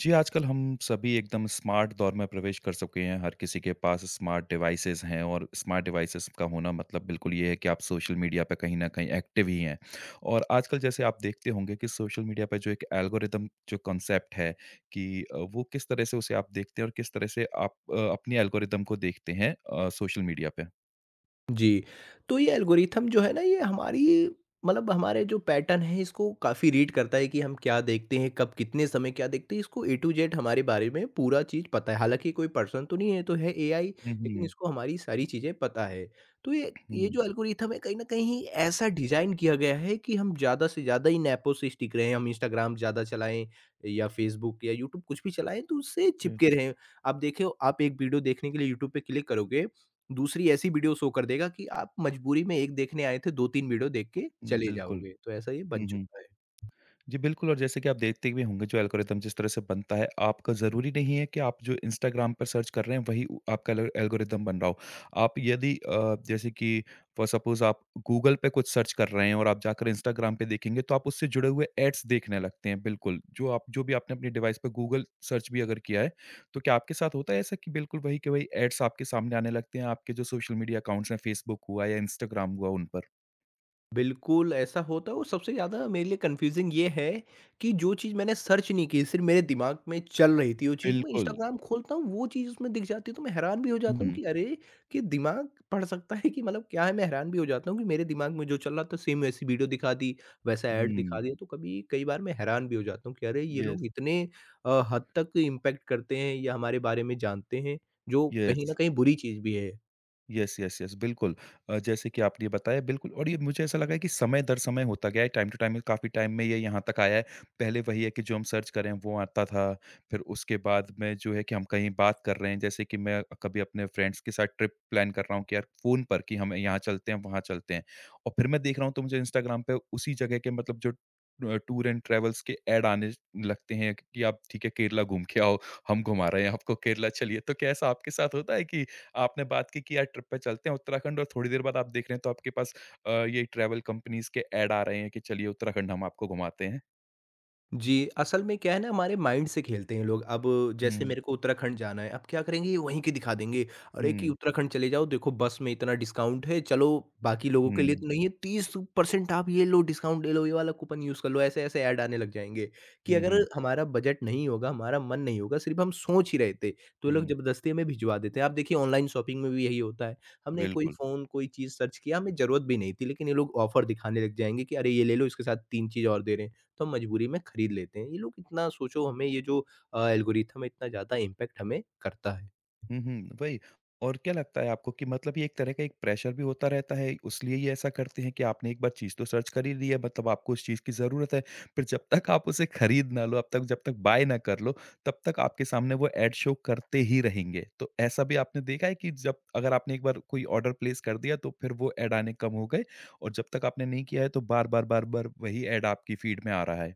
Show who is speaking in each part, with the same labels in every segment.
Speaker 1: जी, आजकल हम सभी एकदम स्मार्ट दौर में प्रवेश कर चुके हैं। हर किसी के पास स्मार्ट डिवाइसेज़ हैं और स्मार्ट डिवाइसेज़ का होना मतलब बिल्कुल ये है कि आप सोशल मीडिया पे कहीं न कहीं एक्टिव ही हैं। और आजकल जैसे आप देखते होंगे कि सोशल मीडिया पे जो एक एल्गोरिदम जो कॉन्सेप्ट है कि वो किस तरह से उसे आप देखते हैं और किस तरह से आप अपनी एल्गोरिदम को देखते हैं सोशल मीडिया पे?
Speaker 2: जी, तो ये एल्गोरिथम जो है ना ये हमारी मतलब हमारे जो पैटर्न है इसको काफ़ी रीड करता है कि हम क्या देखते हैं, कब कितने समय क्या देखते हैं, इसको ए टू जेड हमारे बारे में पूरा चीज़ पता है। हालाँकि कोई पर्सन तो नहीं है, ये तो है एआई
Speaker 1: हुँ,
Speaker 2: लेकिन
Speaker 1: हुँ।
Speaker 2: इसको हमारी सारी चीज़ें पता है। तो ये
Speaker 1: हुँ,
Speaker 2: जो एल्गोरिथम है कहीं न कहीं ऐसा डिज़ाइन किया गया है कि हम ज़्यादा से ज़्यादा इन ऐपों से स्टिक रहें, हम इंस्टाग्राम ज़्यादा चलाएँ या फ़ेसबुक या यूट्यूब कुछ भी चलाएँ तो उससे चिपके
Speaker 1: यस।
Speaker 2: रहें। आप देखें, आप एक वीडियो देखने के लिए यूट्यूब पे क्लिक करोगे, दूसरी ऐसी वीडियो शो कर देगा कि आप मजबूरी में एक देखने आए थे, 2-3 वीडियो देख के
Speaker 1: हुँ,
Speaker 2: चले
Speaker 1: बिल्कुल।
Speaker 2: जाओगे, तो ऐसा ये बन
Speaker 1: हुँ, हुँ।
Speaker 2: चुका है।
Speaker 1: जी, बिल्कुल और जैसे कि आप देखते भी होंगे जो एल्गोरिदम जिस तरह से बनता है, आपका ज़रूरी नहीं है कि आप जो इंस्टाग्राम पर सर्च कर रहे हैं वही उ आपका एल एल्गोरिदम बन रहा हो। आप यदि जैसे कि फॉर सपोज़ आप गूगल पे कुछ सर्च कर रहे हैं और आप जाकर इंस्टाग्राम पे देखेंगे तो आप उससे जुड़े हुए एड्स देखने लगते हैं, बिल्कुल। जो भी आपने अपने डिवाइस पे गूगल सर्च भी अगर किया है, तो क्या आपके साथ होता है ऐसा कि बिल्कुल वही के वही एड्स आपके सामने आने लगते हैं, आपके जो सोशल मीडिया अकाउंट्स हैं, फ़ेसबुक हुआ या इंस्टाग्राम हुआ उन पर?
Speaker 2: बिल्कुल, ऐसा होता है और सबसे ज़्यादा मेरे लिए कन्फ्यूज़िंग ये है कि जो चीज़ मैंने सर्च नहीं की, सिर्फ़ मेरे दिमाग में चल रही थी वो चीज़, मैं
Speaker 1: बिल्कुल।
Speaker 2: इंस्टाग्राम खोलता हूँ, वो चीज़ उसमें दिख जाती है, तो मैं हैरान भी हो जाता हूँ
Speaker 1: हुँ,
Speaker 2: कि अरे! कि दिमाग पढ़ सकता है कि मतलब क्या है? मैं हैरान भी हो जाता हूँ कि मेरे दिमाग में जो चल रहा था, सेम वैसी वीडियो दिखा दी, वैसा ऐड दिखा
Speaker 1: हुँ।
Speaker 2: दिया, तो कभी कई बार मैं हैरान भी हो जाता हूँ कि अरे! ये लोग
Speaker 1: यस,
Speaker 2: इतने हद तक इम्पैक्ट करते हैं या हमारे बारे में जानते हैं, जो कहीं न
Speaker 1: यस।
Speaker 2: कहीं बुरी चीज़ भी है।
Speaker 1: यस, यस, यस, बिल्कुल। जैसे कि आपने ये बताया बिल्कुल और ये मुझे ऐसा लगा है कि समय दर समय होता गया है, टाइम टू टाइम काफ़ी टाइम में ये यहाँ तक आया है। पहले वही है कि जो हम सर्च कर रहे हैं वो आता था, फिर उसके बाद में जो है कि हम कहीं बात कर रहे हैं, जैसे कि मैं कभी अपने फ्रेंड्स के साथ ट्रिप प्लान कर रहा हूँ कि यार फ़ोन पर कि हम यहाँ चलते हैं, वहाँ चलते हैं। और फिर मैं देख रहा हूँ तो मुझे इंस्टाग्राम पे उसी जगह के मतलब जो टूर एंड ट्रैवल्स के ऐड आने लगते हैं कि आप ठीक है केरला घूम के आओ, हम घुमा रहे हैं आपको केरला चलिए। तो क्या ऐसा आपके साथ होता है कि आपने बात की कि यार ट्रिप पे चलते हैं उत्तराखंड और थोड़ी देर बाद आप देख रहे हैं तो आपके पास ये ट्रैवल कंपनीज़ के ऐड आ रहे हैं कि चलिए उत्तराखंड हम आपको घुमाते हैं।
Speaker 2: जी, असल में क्या है ना, हमारे माइंड से खेलते हैं लोग। अब जैसे
Speaker 1: हुँ,
Speaker 2: मेरे को उत्तराखंड जाना है, अब क्या करेंगे, वहीं के दिखा देंगे। अरे कि
Speaker 1: हुँ,
Speaker 2: उत्तराखंड चले जाओ, देखो बस में इतना डिस्काउंट है, चलो बाकी लोगों के लिए
Speaker 1: हुँ,
Speaker 2: तो नहीं है, 30% आप ये लो, डिस्काउंट ले लो, ये वाला कूपन यूज़ कर लो, ऐसे-ऐसे ऐड आने लग जाएँगे। कि
Speaker 1: हुँ,
Speaker 2: अगर
Speaker 1: हुँ,
Speaker 2: हमारा बजट नहीं होगा, हमारा मन नहीं होगा, सिर्फ हम सोच ही रहे थे, तो ये लोग
Speaker 1: हुँ,
Speaker 2: ज़बरदस्ती हमें भिजवा देते हैं। आप देखिए ऑनलाइन शॉपिंग में भी यही होता है। हमने कोई
Speaker 1: बिल्कुल।
Speaker 2: फ़ोन, कोई चीज़ सर्च किया, हमें ज़रूरत भी नहीं थी, लेकिन ये लोग ऑफ़र दिखाने लग जाएँगे कि अरे ये ले लो, इसके साथ 3 चीज़ और दे रहे हैं। तो हम मजबूरी में खरीद लेते हैं। ये लोग इतना सोचो, हमें ये जो एल्गोरिथम है इतना ज़्यादा इम्पैक्ट हमें करता है।
Speaker 1: हुँ, हुँ, वही। और क्या लगता है आपको कि मतलब ये एक तरह का एक प्रेशर भी होता रहता है, इसलिए ये ऐसा करते हैं कि आपने एक बार चीज़ तो सर्च कर ही ली है, मतलब आपको उस चीज़ की ज़रूरत है। फिर जब तक आप उसे खरीद ना लो, अब तक जब तक बाय ना कर लो, तब तक आपके सामने वो ऐड शो करते ही रहेंगे। तो ऐसा भी आपने देखा है कि जब अगर आपने एक बार कोई ऑर्डर प्लेस कर दिया, तो फिर वो ऐड आने कम हो गए और जब तक आपने नहीं किया है, तो बार-बार, बार-बार वही ऐड आपकी फीड में आ रहा है?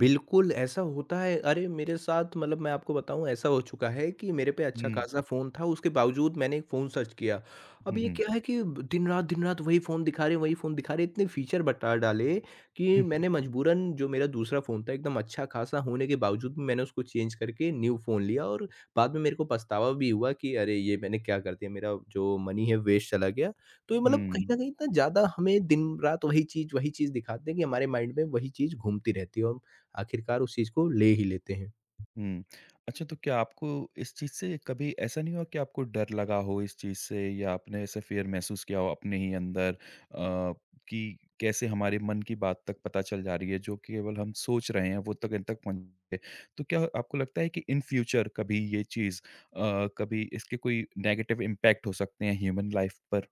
Speaker 2: बिल्कुल, ऐसा होता है। अरे! मेरे साथ मतलब मैं आपको बताऊँ, ऐसा हो चुका है कि मेरे पे अच्छा
Speaker 1: हुँ।
Speaker 2: खासा फ़ोन था, उसके बावजूद मैंने एक फ़ोन सर्च किया। अब
Speaker 1: हुँ,
Speaker 2: ये
Speaker 1: हुँ।
Speaker 2: क्या है कि दिन-रात दिन-रात वही फ़ोन दिखा रहे हैं, वही फ़ोन दिखा रहे हैं, इतने फ़ीचर बता डाले कि मैंने मजबूरन जो मेरा दूसरा फ़ोन था एकदम अच्छा खासा होने के बावजूद भी मैंने उसको चेंज करके न्यू फ़ोन लिया और बाद में मेरे को पछतावा भी हुआ कि अरे! ये मैंने क्या कर दिया, मेरा जो मनी है वेस्ट चला गया। तो ये मतलब
Speaker 1: हुँ,
Speaker 2: कहीं
Speaker 1: हुँ।
Speaker 2: न कहीं इतना ज़्यादा हमें दिन-रात वही चीज़ दिखाते हैं कि हमारे माइंड में वही चीज़ घूमती रहती है और आखिरकार उस चीज को ले ही लेते हैं।
Speaker 1: हुँ। अच्छा तो क्या आपको इस चीज़ से कभी ऐसा नहीं हुआ कि आपको डर लगा हो इस चीज़ से या आपने ऐसा फ़ियर महसूस किया हो अपने ही अंदर अ, कि कैसे हमारे मन की बात तक पता चल जा रही है जो कि केवल हम सोच रहे हैं वो तक इन तक पहुँच गई। तो क्या आपको लगता है कि इन फ्यूचर कभी ये चीज़ कभी इसके कोई नेगेटिव इम्पैक्ट हो सकते हैं ह्यूमन लाइफ़ पर?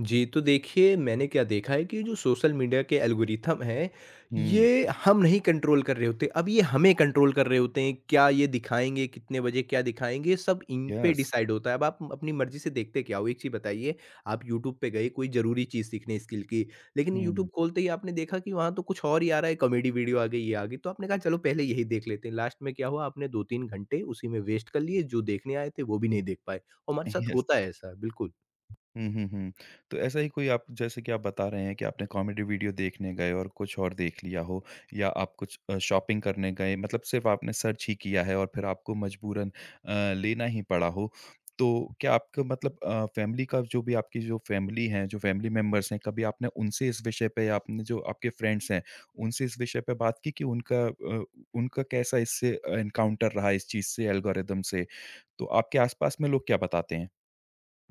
Speaker 2: जी, तो देखिए मैंने क्या देखा है कि जो सोशल मीडिया के एल्गोरिथम हैं,
Speaker 1: हुँ।
Speaker 2: ये हम नहीं कंट्रोल कर रहे होते। अब ये हमें कंट्रोल कर रहे होते हैं, क्या ये दिखाएँगे, कितने बजे क्या दिखाएँगे, सब इन पे
Speaker 1: यस।
Speaker 2: डिसाइड होता है। अब आप अपनी मर्ज़ी से देखते क्या हो? एक चीज़ बताइए, आप यूट्यूब पे गए कोई ज़रूरी चीज़ सीखने स्किल की, लेकिन यूट्यूब
Speaker 1: हुँ।
Speaker 2: खोलते ही आपने देखा कि वहाँ तो कुछ और ही आ रहा है, कॉमेडी वीडियो आ गई, ये आ गई, तो आपने कहा चलो पहले यही देख लेते हैं। लास्ट में क्या हुआ, आपने 2-3 घंटे उसी में वेस्ट कर लिए, जो देखने आए थे वो भी नहीं देख पाए। और हमारे साथ
Speaker 1: यस।
Speaker 2: होता है ऐसा, बिल्कुल।
Speaker 1: हुँ, हुँ, हुँ। तो ऐसा ही कोई आप जैसे कि आप बता रहे हैं कि आपने कॉमेडी वीडियो देखने गए और कुछ और देख लिया हो या आप कुछ शॉपिंग करने गए मतलब सिर्फ़ आपने सर्च ही किया है और फिर आपको मजबूरन लेना ही पड़ा हो। तो क्या आपको मतलब फैमिली का जो भी आपकी जो फैमिली है, जो फैमिली मेंबर्स हैं, कभी आपने उनसे इस विषय पे या आपने जो आपके फ्रेंड्स हैं, उनसे इस विषय पे बात की कि उनका कैसा इससे एनकाउंटर रहा इस चीज़ से, एल्गोरिदम से? तो आपके आस-पास में लोग क्या बताते हैं?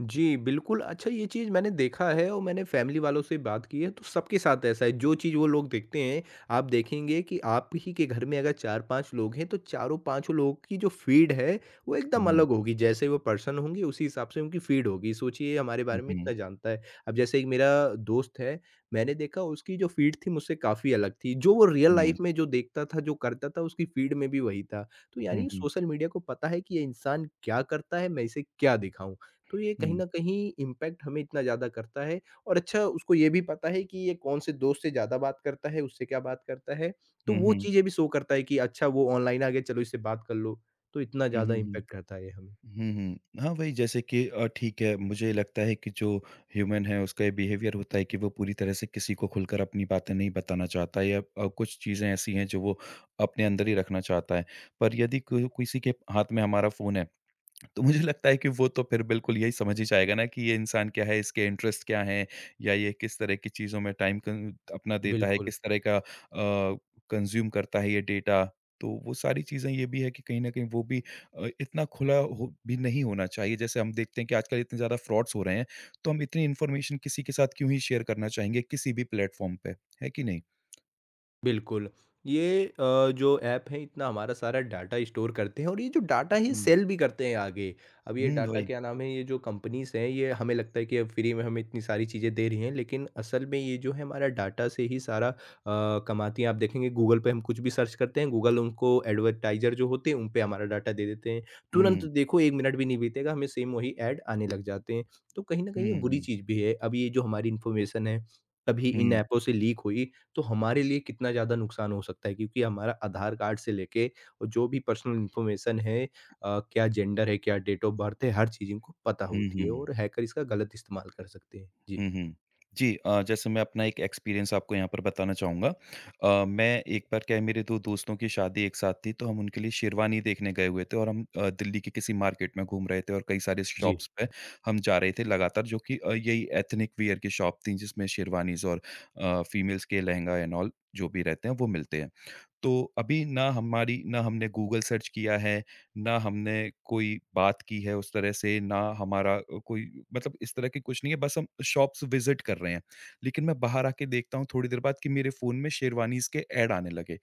Speaker 2: जी, बिल्कुल। अच्छा ये चीज़ मैंने देखा है और मैंने फैमिली वालों से बात की है तो सबके साथ ऐसा है, जो चीज़ वो लोग देखते हैं, आप देखेंगे कि आप ही के घर में अगर 4-5 लोग हैं तो चारों पाँचों लोगों की जो फ़ीड है, वो एकदम
Speaker 1: हुँ,
Speaker 2: अलग होगी। जैसे वो पर्सन होंगे उसी हिसाब से उनकी फ़ीड होगी। सोचिए हमारे बारे
Speaker 1: हुँ,
Speaker 2: में
Speaker 1: हुँ,
Speaker 2: इतना जानता है। अब जैसे एक मेरा दोस्त है, मैंने देखा उसकी जो फ़ीड थी मुझसे काफ़ी अलग थी। जो वो रियल
Speaker 1: हुँ।
Speaker 2: लाइफ़ में जो देखता था, जो करता था उसकी फ़ीड में भी वही था। तो
Speaker 1: हुँ,
Speaker 2: यानी
Speaker 1: हुँ।
Speaker 2: सोशल मीडिया को पता है कि ये इंसान क्या करता है, मैं इसे क्या दिखाऊँ? तो ये कहीं
Speaker 1: हुँ।
Speaker 2: न कहीं इम्पैक्ट हमें इतना ज़्यादा करता है और अच्छा उसको ये भी पता है कि ये कौन-से दोस्त से ज़्यादा बात करता है, उससे क्या बात करता है। तो
Speaker 1: हुँ,
Speaker 2: वो
Speaker 1: हुँ।
Speaker 2: चीज़ें भी शो करता है कि अच्छा वो ऑनलाइन आ गया, चलो इससे बात कर लो, तो इतना
Speaker 1: हुँ,
Speaker 2: ज़्यादा
Speaker 1: हुँ, हुँ।
Speaker 2: इम्पैक्ट करता है ये हमें।
Speaker 1: हुँ, हुँ। हाँ, वही जैसे कि ठीक है, मुझे लगता है कि जो ह्यूमन है उसका ये बिहेवियर होता है कि वो पूरी तरह से किसी को खुलकर अपनी बातें नहीं बताना चाहता या कुछ चीज़ें ऐसी हैं जो वो अपने अंदर ही रखना चाहता है। पर यदि को किसी के हाथ में हमारा फ़ोन है तो मुझे लगता है कि वो तो फिर बिल्कुल यही समझ ही जाएगा ना कि ये इंसान क्या है, इसके इंटरेस्ट क्या हैं या ये किस तरह की चीज़ों में टाइम कन अपना देता है,
Speaker 2: बिल्कुल।
Speaker 1: किस तरह का कंज़्यूम करता है ये डेटा। तो वो सारी चीज़ें ये भी है कि कहीं न कहीं वो भी इतना खुला हो भी नहीं होना चाहिए। जैसे हम देखते हैं कि आजकल इतने ज़्यादा फ्रॉड्स हो रहे हैं, तो हम इतनी इन्फॉर्मेशन किसी के साथ क्यों ही शेयर करना चाहेंगे किसी भी प्लेटफ़ॉर्म पे, है कि नहीं?
Speaker 2: बिल्कुल। ये जो ऐप है, इतना हमारा सारा डाटा स्टोर करते हैं और ये जो डाटा है ये
Speaker 1: हुँ।
Speaker 2: सेल भी करते हैं आगे। अब ये
Speaker 1: हुँ,
Speaker 2: डाटा
Speaker 1: वही।
Speaker 2: क्या नाम है, ये जो कंपनीज़ हैं ये हमें लगता है कि अब फ्री में हमें इतनी सारी चीज़ें दे रही हैं, लेकिन असल में ये जो है हमारा डाटा से ही सारा कमाती हैं। आप देखेंगे गूगल पे हम कुछ भी सर्च करते हैं, गूगल उनको एडवर्टाइज़र जो होते हैं उन पे हमारा डाटा दे देते हैं। तुरंत
Speaker 1: हुँ,
Speaker 2: देखो 1 मिनट भी नहीं बीतेगा, हमें सेम वही ऐड आने लग जाते हैं। तो कहीं न कहीं ये
Speaker 1: हुँ,
Speaker 2: बुरी
Speaker 1: हुँ,
Speaker 2: चीज़ भी है। अब ये जो हमारी इन्फॉर्मेशन है कभी इन
Speaker 1: हुँ,
Speaker 2: ऐपों से लीक हुई, तो हमारे लिए कितना ज़्यादा नुकसान हो सकता है, क्योंकि हमारा आधार कार्ड से लेके और जो भी पर्सनल इन्फॉर्मेशन है, क्या जेंडर है, क्या डेट ऑफ बर्थ है, हर चीज़ इनको पता
Speaker 1: हुँ,
Speaker 2: होती है और
Speaker 1: हुँ।
Speaker 2: हैकर इसका गलत इस्तेमाल कर सकते हैं। जी।
Speaker 1: हुँ, हुँ। जी जैसे मैं अपना एक एक्सपीरियंस आपको यहाँ पर बताना चाहूँगा। मैं एक बार क्या है मेरे 2 दोस्तों की शादी एक साथ थी, तो हम उनके लिए शेरवानी देखने गए हुए थे और हम दिल्ली के किसी मार्केट में घूम रहे थे और कई सारे
Speaker 2: जी,
Speaker 1: शॉप्स पे हम जा रहे थे लगातार जो कि यही एथनिक वियर की शॉप थी जिसमें शेरवानीज़ और फीमेल्स के लहंगा एंड ऑल जो भी रहते हैं वो मिलते हैं। तो अभी ना हमने गूगल सर्च किया है, ना हमने कोई बात की है उस तरह से, ना हमारा कोई मतलब इस तरह की कुछ नहीं है, बस हम शॉप्स विज़िट कर रहे हैं। लेकिन मैं बाहर आके देखता हूँ थोड़ी देर बाद कि मेरे फ़ोन में शेरवानीज़ के ऐड आने लगे।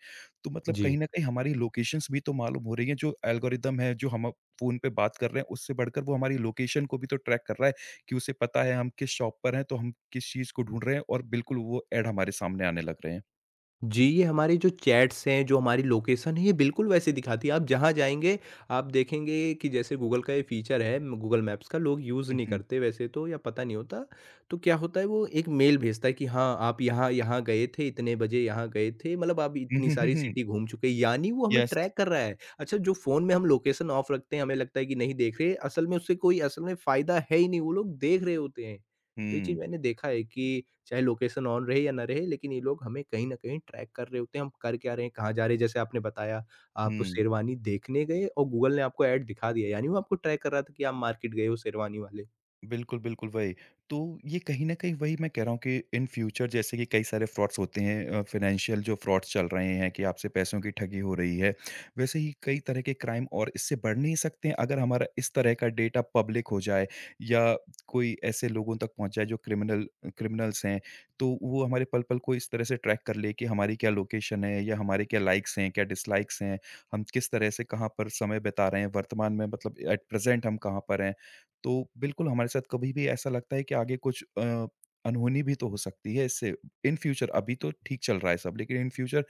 Speaker 1: तो मतलब
Speaker 2: जी।
Speaker 1: कहीं न कहीं हमारी लोकेशंस भी तो मालूम हो रही हैं, जो एल्गोरिदम है, जो हम अब फ़ोन पे बात कर रहे हैं, उससे बढ़कर वो हमारी लोकेशन को भी तो ट्रैक कर रहा है कि उसे पता है हम किस शॉप पर हैं, तो हम किस चीज़ को ढूँढ रहे हैं और बिल्कुल वो ऐड हमारे सामने आने लग रहे हैं।
Speaker 2: जी, ये हमारी जो चैट्स हैं, जो हमारी लोकेशन है, ये बिल्कुल वैसे दिखाती है। आप जहाँ जाएँगे, आप देखेंगे कि जैसे गूगल का ये फ़ीचर है, गूगल मैप्स का लोग यूज़
Speaker 1: हुँ,
Speaker 2: नहीं
Speaker 1: हुँ।
Speaker 2: करते वैसे तो, या पता नहीं होता। तो क्या होता है, वो एक मेल भेजता है कि हाँ, आप यहाँ यहाँ गए थे, इतने बजे यहाँ गए थे, मतलब आप
Speaker 1: हुँ,
Speaker 2: इतनी
Speaker 1: हुँ, हुँ,
Speaker 2: सारी
Speaker 1: हुँ।
Speaker 2: सिटी घूम चुके हैं, यानी वो हमें
Speaker 1: यस।
Speaker 2: ट्रैक कर रहा है। अच्छा जो फ़ोन में हम लोकेशन ऑफ रखते हैं, हमें लगता है कि नहीं देख रहे, असल में उससे कोई असल में फ़ायदा है ही नहीं, वो लोग देख रहे होते हैं। तो ये चीज़
Speaker 1: हुँ,
Speaker 2: मैंने देखा है कि चाहे लोकेशन ऑन रहे या ना रहे, लेकिन ये लोग हमें कहीं न कहीं ट्रैक कर रहे होते हैं, हम कर क्या रहे हैं, कहाँ जा रहे हैं। जैसे आपने बताया, आप
Speaker 1: हुँ।
Speaker 2: शेरवानी देखने गए और गूगल ने आपको ऐड दिखा दिया, यानी वो आपको ट्रैक कर रहा था कि आप मार्केट गए हो शेरवानी वाले।
Speaker 1: बिल्कुल, बिल्कुल वही। तो ये कहीं न कहीं वही मैं कह रहा हूँ कि इन फ्यूचर जैसे कि कई सारे फ्रॉड्स होते हैं फाइनेंशियल जो फ्रॉड्स चल रहे हैं कि आपसे पैसों की ठगी हो रही है। वैसे ही कई तरह के क्राइम और इससे बढ़ नहीं सकते हैं अगर हमारा इस तरह का डेटा पब्लिक हो जाए या कोई ऐसे लोगों तक पहुँच जाए जो क्रिमिनल्स हैं। तो वो हमारे पल-पल को इस तरह से ट्रैक कर ले कि हमारी क्या लोकेशन है या हमारे क्या लाइक्स हैं, क्या डिसलाइक्स हैं, हम किस तरह से कहाँ पर समय बिता रहे हैं वर्तमान में मतलब एट प्रेज़ेंट हम कहाँ पर हैं। तो बिल्कुल हमारे साथ कभी भी ऐसा लगता है कि आगे कुछ अनहोनी भी तो हो सकती है इससे इन फ्यूचर अभी तो ठीक चल रहा है सब लेकिन इन फ्यूचर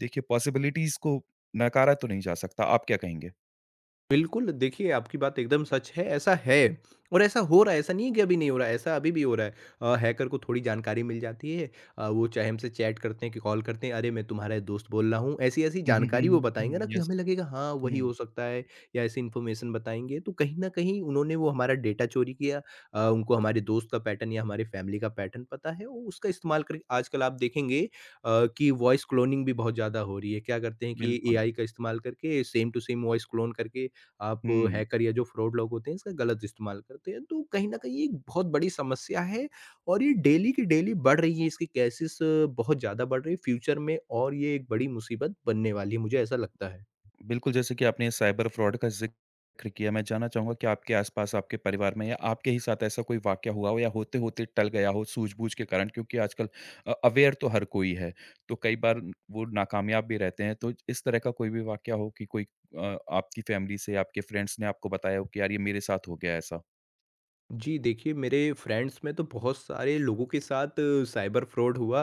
Speaker 1: देखिए पॉसिबिलिटीज को नकारा तो नहीं जा सकता। आप क्या कहेंगे?
Speaker 2: बिल्कुल, देखिए आपकी बात एकदम सच है, ऐसा है और ऐसा हो रहा है, ऐसा नहीं है कि अभी नहीं हो रहा है, ऐसा अभी भी हो रहा है। हैकर को थोड़ी जानकारी मिल जाती है, वो चाहे हमसे चैट करते हैं कि कॉल करते हैं, "अरे! मैं तुम्हारा दोस्त बोल रहा हूँ।" ऐसी-ऐसी
Speaker 1: हुँ, हुँ, हुँ,
Speaker 2: जानकारी वो
Speaker 1: हुँ,
Speaker 2: बताएँगे
Speaker 1: हुँ।
Speaker 2: ना कि
Speaker 1: यस।
Speaker 2: हमें लगेगा हाँ, वही
Speaker 1: हुँ,
Speaker 2: हो सकता है या ऐसी इन्फॉर्मेशन बताएँगे, तो कहीं न कहीं उन्होंने वो हमारा डेटा चोरी किया। उनको हमारे दोस्त का पैटर्न या हमारी फ़ैमिली का पैटर्न पता है, वो उसका इस्तेमाल करके आजकल आप देखेंगे कि वॉइस क्लोनिंग भी बहुत ज़्यादा हो रही है। क्या करते हैं कि
Speaker 1: बिल्कुल।
Speaker 2: एआई का इस्तेमाल करके same to same voice clone करके आप
Speaker 1: हुँ।
Speaker 2: हैकर या जो फ्रॉड लोग होते हैं इसका गलत इस्तेमाल करते हैं। तो कहीं न कहीं ये एक बहुत बड़ी समस्या है और ये डेली की डेली बढ़ रही है, इसकी केसेज़ बहुत ज़्यादा बढ़ रही है, फ्यूचर में और ये एक बड़ी मुसीबत बनने वाली है, मुझे ऐसा लगता है।
Speaker 1: बिल्कुल, जैसे कि आपने साइबर फ्रॉड का ज़िक्र किया, मैं जानना चाहूँगा कि आपके आस-पास, आपके परिवार में या आपके ही साथ ऐसा कोई वाक़या हुआ हो या होते-होते टल गया हो सूझबूझ के कारण? क्योंकि आजकल अवेयर तो हर कोई है, तो कई बार वो नाकामयाब भी रहते हैं। तो इस तरह का कोई भी वाक़या हो कि कोई आपकी फैमिली से, आपके फ्रेंड्स ने आपको बताया हो कि यार, ये मेरे साथ हो गया ऐसा?
Speaker 2: जी, देखिए मेरे फ्रेंड्स में तो बहुत सारे लोगों के साथ साइबर फ्रॉड हुआ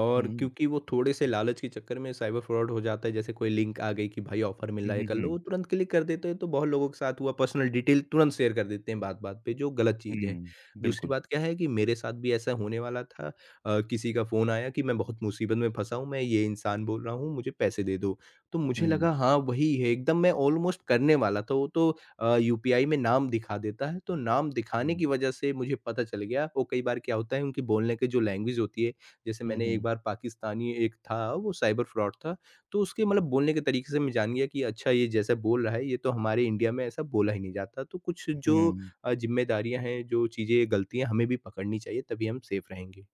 Speaker 2: और
Speaker 1: हुँ।
Speaker 2: क्योंकि वो थोड़े से लालच के चक्कर में साइबर फ्रॉड हो जाता है, जैसे कोई लिंक आ गई कि भाई ऑफर मिल
Speaker 1: हुँ,
Speaker 2: रहा है,
Speaker 1: हुँ,
Speaker 2: कर लो,
Speaker 1: हुँ।
Speaker 2: वो तुरंत क्लिक कर देते हैं, तो बहुत लोगों के साथ हुआ, पर्सनल डिटेल तुरंत शेयर कर देते हैं बात-बात पे, जो गलत चीज़ है।
Speaker 1: हुँ,
Speaker 2: दूसरी
Speaker 1: बिल्कुल।
Speaker 2: बात क्या है कि मेरे साथ भी ऐसा होने वाला था। किसी का फ़ोन आया कि मैं बहुत मुसीबत में फँसा हूँ, मैं ये इंसान बोल रहा हूँ, मुझे पैसे दे दो। तो मुझे
Speaker 1: हुँ।
Speaker 2: लगा हाँ, वही है, एकदम मैं ऑलमोस्ट करने वाला था, वो तो यूपीआई में नाम दिखा देता है, तो नाम दिखाने
Speaker 1: हुँ।
Speaker 2: की वजह से मुझे पता चल गया। वो कई बार क्या होता है, उनकी बोलने की जो लैंग्वेज होती है, जैसे
Speaker 1: हुँ,
Speaker 2: मैंने एक
Speaker 1: हुँ।
Speaker 2: बार पाकिस्तानी एक था, वो साइबर फ्रॉड था, तो उसके मतलब बोलने के तरीके से मैं जान गया कि अच्छा ये जैसा बोल रहा है, ये तो हमारे इंडिया में ऐसा बोला ही नहीं जाता। तो कुछ जो
Speaker 1: हुँ।
Speaker 2: ज़िम्मेदारियाँ हैं, जो चीज़ें, गलतियाँ हमें भी पकड़नी चाहिए, तभी हम सेफ रहेंगे।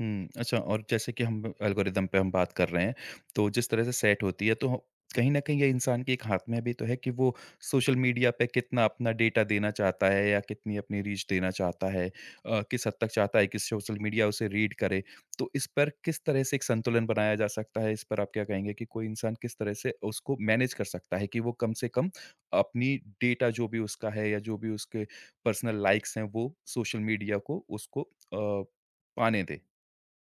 Speaker 1: हुँ, अच्छा और जैसे कि हम एल्गोरिदम पे हम बात कर रहे हैं, तो जिस तरह से सेट होती है तो ह कहीं न कहीं ये इंसान के एक हाथ में भी तो है कि वो सोशल मीडिया पे कितना अपना डेटा देना चाहता है या कितनी अपनी रीच देना चाहता है। किस हद तक चाहता है कि सोशल मीडिया उसे रीड करे। तो इस पर किस तरह से एक संतुलन बनाया जा सकता है? इस पर आप क्या कहेंगे कि कोई इंसान किस तरह से उसको मैनेज कर सकता है कि वो कम से कम अपनी डेटा जो भी उसका है या जो भी उसके पर्सनल लाइक्स हैं वो सोशल मीडिया को उसको पाने दे?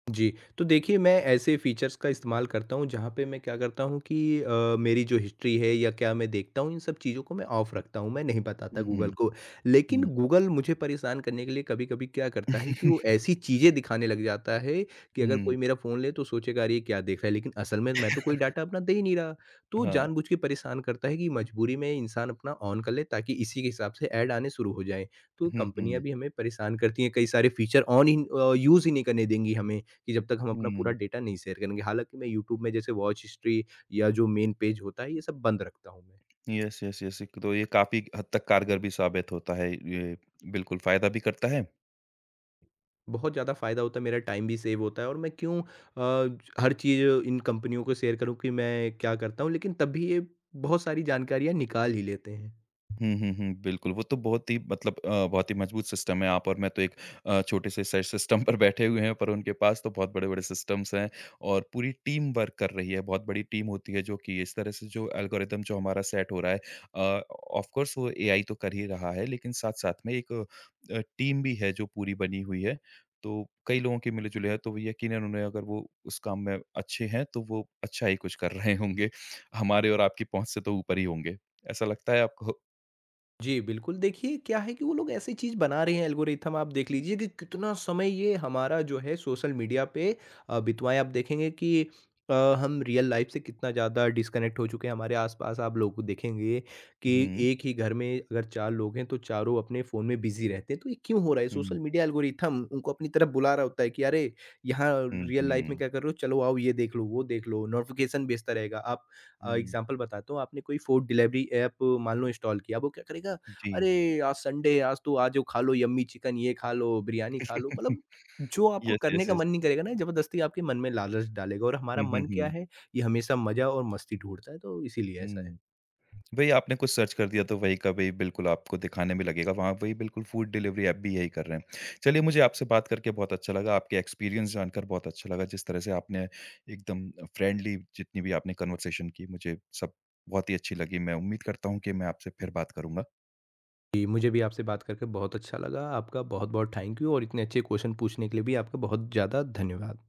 Speaker 2: जी, तो देखिए मैं ऐसे फ़ीचर्स का इस्तेमाल करता हूँ जहाँ पे मैं क्या करता हूँ कि मेरी जो हिस्ट्री है या क्या मैं देखता हूँ, इन सब चीज़ों को मैं ऑफ रखता हूँ, मैं नहीं बताता
Speaker 1: हुँ,
Speaker 2: गूगल
Speaker 1: हुँ,
Speaker 2: को। लेकिन
Speaker 1: हुँ।
Speaker 2: गूगल मुझे परेशान करने के लिए कभी-कभी क्या करता है कि
Speaker 1: हुँ,
Speaker 2: वो ऐसी चीज़ें दिखाने लग जाता है कि अगर कोई मेरा फ़ोन ले तो सोचेगा, अरे ये क्या देख रहा है, लेकिन असल में मैं तो कोई डाटा अपना दे ही नहीं रहा। तो
Speaker 1: हाँ।
Speaker 2: जानबूझ के परेशान करता है कि मजबूरी में इंसान अपना ऑन कर ले, ताकि इसी के हिसाब से ऐड आने शुरू हो जाएँ। तो
Speaker 1: हुँ,
Speaker 2: कंपनियाँ
Speaker 1: हुँ,
Speaker 2: भी हमें परेशान करती हैं, कई सारे फ़ीचर ऑन ही यूज़ ही नहीं करने देंगी हमें। कि जब तक हम अपना पूरा
Speaker 1: हुँ।
Speaker 2: डेटा नहीं शेयर करेंगे। हालाँकि मैं यूट्यूब में जैसे वॉच हिस्ट्री या जो मेन पेज होता है, ये सब बंद रखता हूँ मैं।
Speaker 1: Yes, yes, yes. एक तो ये काफ़ी हद तक कारगर भी साबित होता है। ये बिल्कुल फ़ायदा भी करता है
Speaker 2: बहुत ज़्यादा फ़ायदा होता है, मेरा टाइम भी सेव होता है और मैं क्यों हर चीज़ इन कंपनियों को शेयर करूँ कि मैं क्या करता हूँ, लेकिन तब भी ये बहुत सारी जानकारियाँ निकाल ही लेते हैं।
Speaker 1: हुँ, हुँ, हुँ, बिल्कुल, वो तो बहुत ही मतलब बहुत ही मजबूत सिस्टम है। आप और मैं तो एक छोटे से स सिस्टम पर बैठे हुए हैं, पर उनके पास तो बहुत बड़े-बड़े सिस्टम्स हैं और पूरी टीम वर्क कर रही है। बहुत बड़ी टीम होती है जो कि इस तरह से जो एल्गोरिदम जो हमारा सेट हो रहा है अ, ऑफ़ कोर्स वो एआई तो कर ही रहा है, लेकिन साथ-साथ में एक टीम भी है जो पूरी बनी हुई है। तो कई लोगों के मिले-जुले हैं, तो वो यकीनन उन्हें अगर वो उस काम में अच्छे हैं, तो वो अच्छा ही कुछ कर रहे होंगे। हमारे और आपकी पहुँच से तो ऊपर ही होंगे। ऐसा लगता है आपको?
Speaker 2: जी, बिल्कुल, देखिए क्या है कि वो लोग ऐसी चीज़ बना रहे हैं एल्गोरिथम, आप देख लीजिए कि कितना समय ये हमारा जो है सोशल मीडिया पे बितवाएँ, आप देखेंगे कि अ, हम रियल लाइफ़ से कितना ज़्यादा डिस्कनेक्ट हो चुके हैं, हमारे आस-पास आप लोग देखेंगे कि
Speaker 1: हुँ,
Speaker 2: एक ही घर में अगर 4 लोग हैं तो चारों अपने फ़ोन में बिज़ी रहते हैं, तो ये क्यों हो रहा है? सोशल
Speaker 1: हुँ,
Speaker 2: मीडिया एल्गोरिथम उनको अपनी तरफ बुला रहा होता है कि अरे! यहाँ
Speaker 1: हुँ,
Speaker 2: रियल लाइफ़ में
Speaker 1: हुँ,
Speaker 2: क्या कर रहे हो? चलो आओ ये देख लो, वो देख लो, नोटिफ़िकेशन भेजता रहेगा, आप
Speaker 1: हुँ,
Speaker 2: एग्ज़ाम्पल बताता हूँ, आपने कोई फ़ूड डिलीवरी ऐप मान लो इंस्टॉल किया, अब वो क्या करेगा,
Speaker 1: जी।
Speaker 2: "अरे! आज संडे है, आज तो आ जाओ, खा लो यम्मी चिकन, ये खा लो, बिरयानी खा लो।" मतलब जो आपको
Speaker 1: यस,
Speaker 2: करने
Speaker 1: यस,
Speaker 2: का
Speaker 1: यस।
Speaker 2: मन नहीं करेगा ना, ज़बरदस्ती आपके मन में लालच डालेगा और हमारा
Speaker 1: हुँ, हुँ,
Speaker 2: मन क्या
Speaker 1: हुँ,
Speaker 2: है, ये हमेशा मज़ा और मस्ती ढूँढता है, तो इसीलिए ऐसा है।
Speaker 1: हुँ। वही आपने कुछ सर्च कर दिया तो वही का वही बिल्कुल आपको दिखाने में लगेगा, वहाँ वही बिल्कुल फूड डिलीवरी ऐप भी यही कर रहे हैं। चलिए मुझे आपसे बात करके बहुत अच्छा लगा, आपके एक्सपीरियंस जानकर बहुत अच्छा लगा, जिस तरह से आपने एकदम फ्रेंडली जितनी भी आपने कन्वर्सेशन की मुझे सब बहुत ही अच्छी लगी। मैं उम्मीद करता हूँ कि मैं आपसे फिर बात करूँगा।
Speaker 2: जी, मुझे भी आपसे बात करके बहुत अच्छा लगा। आपका बहुत-बहुत थैंक यू और इतने अच्छे क्वेश्चन पूछने के लिए भी आपका बहुत ज़्यादा धन्यवाद।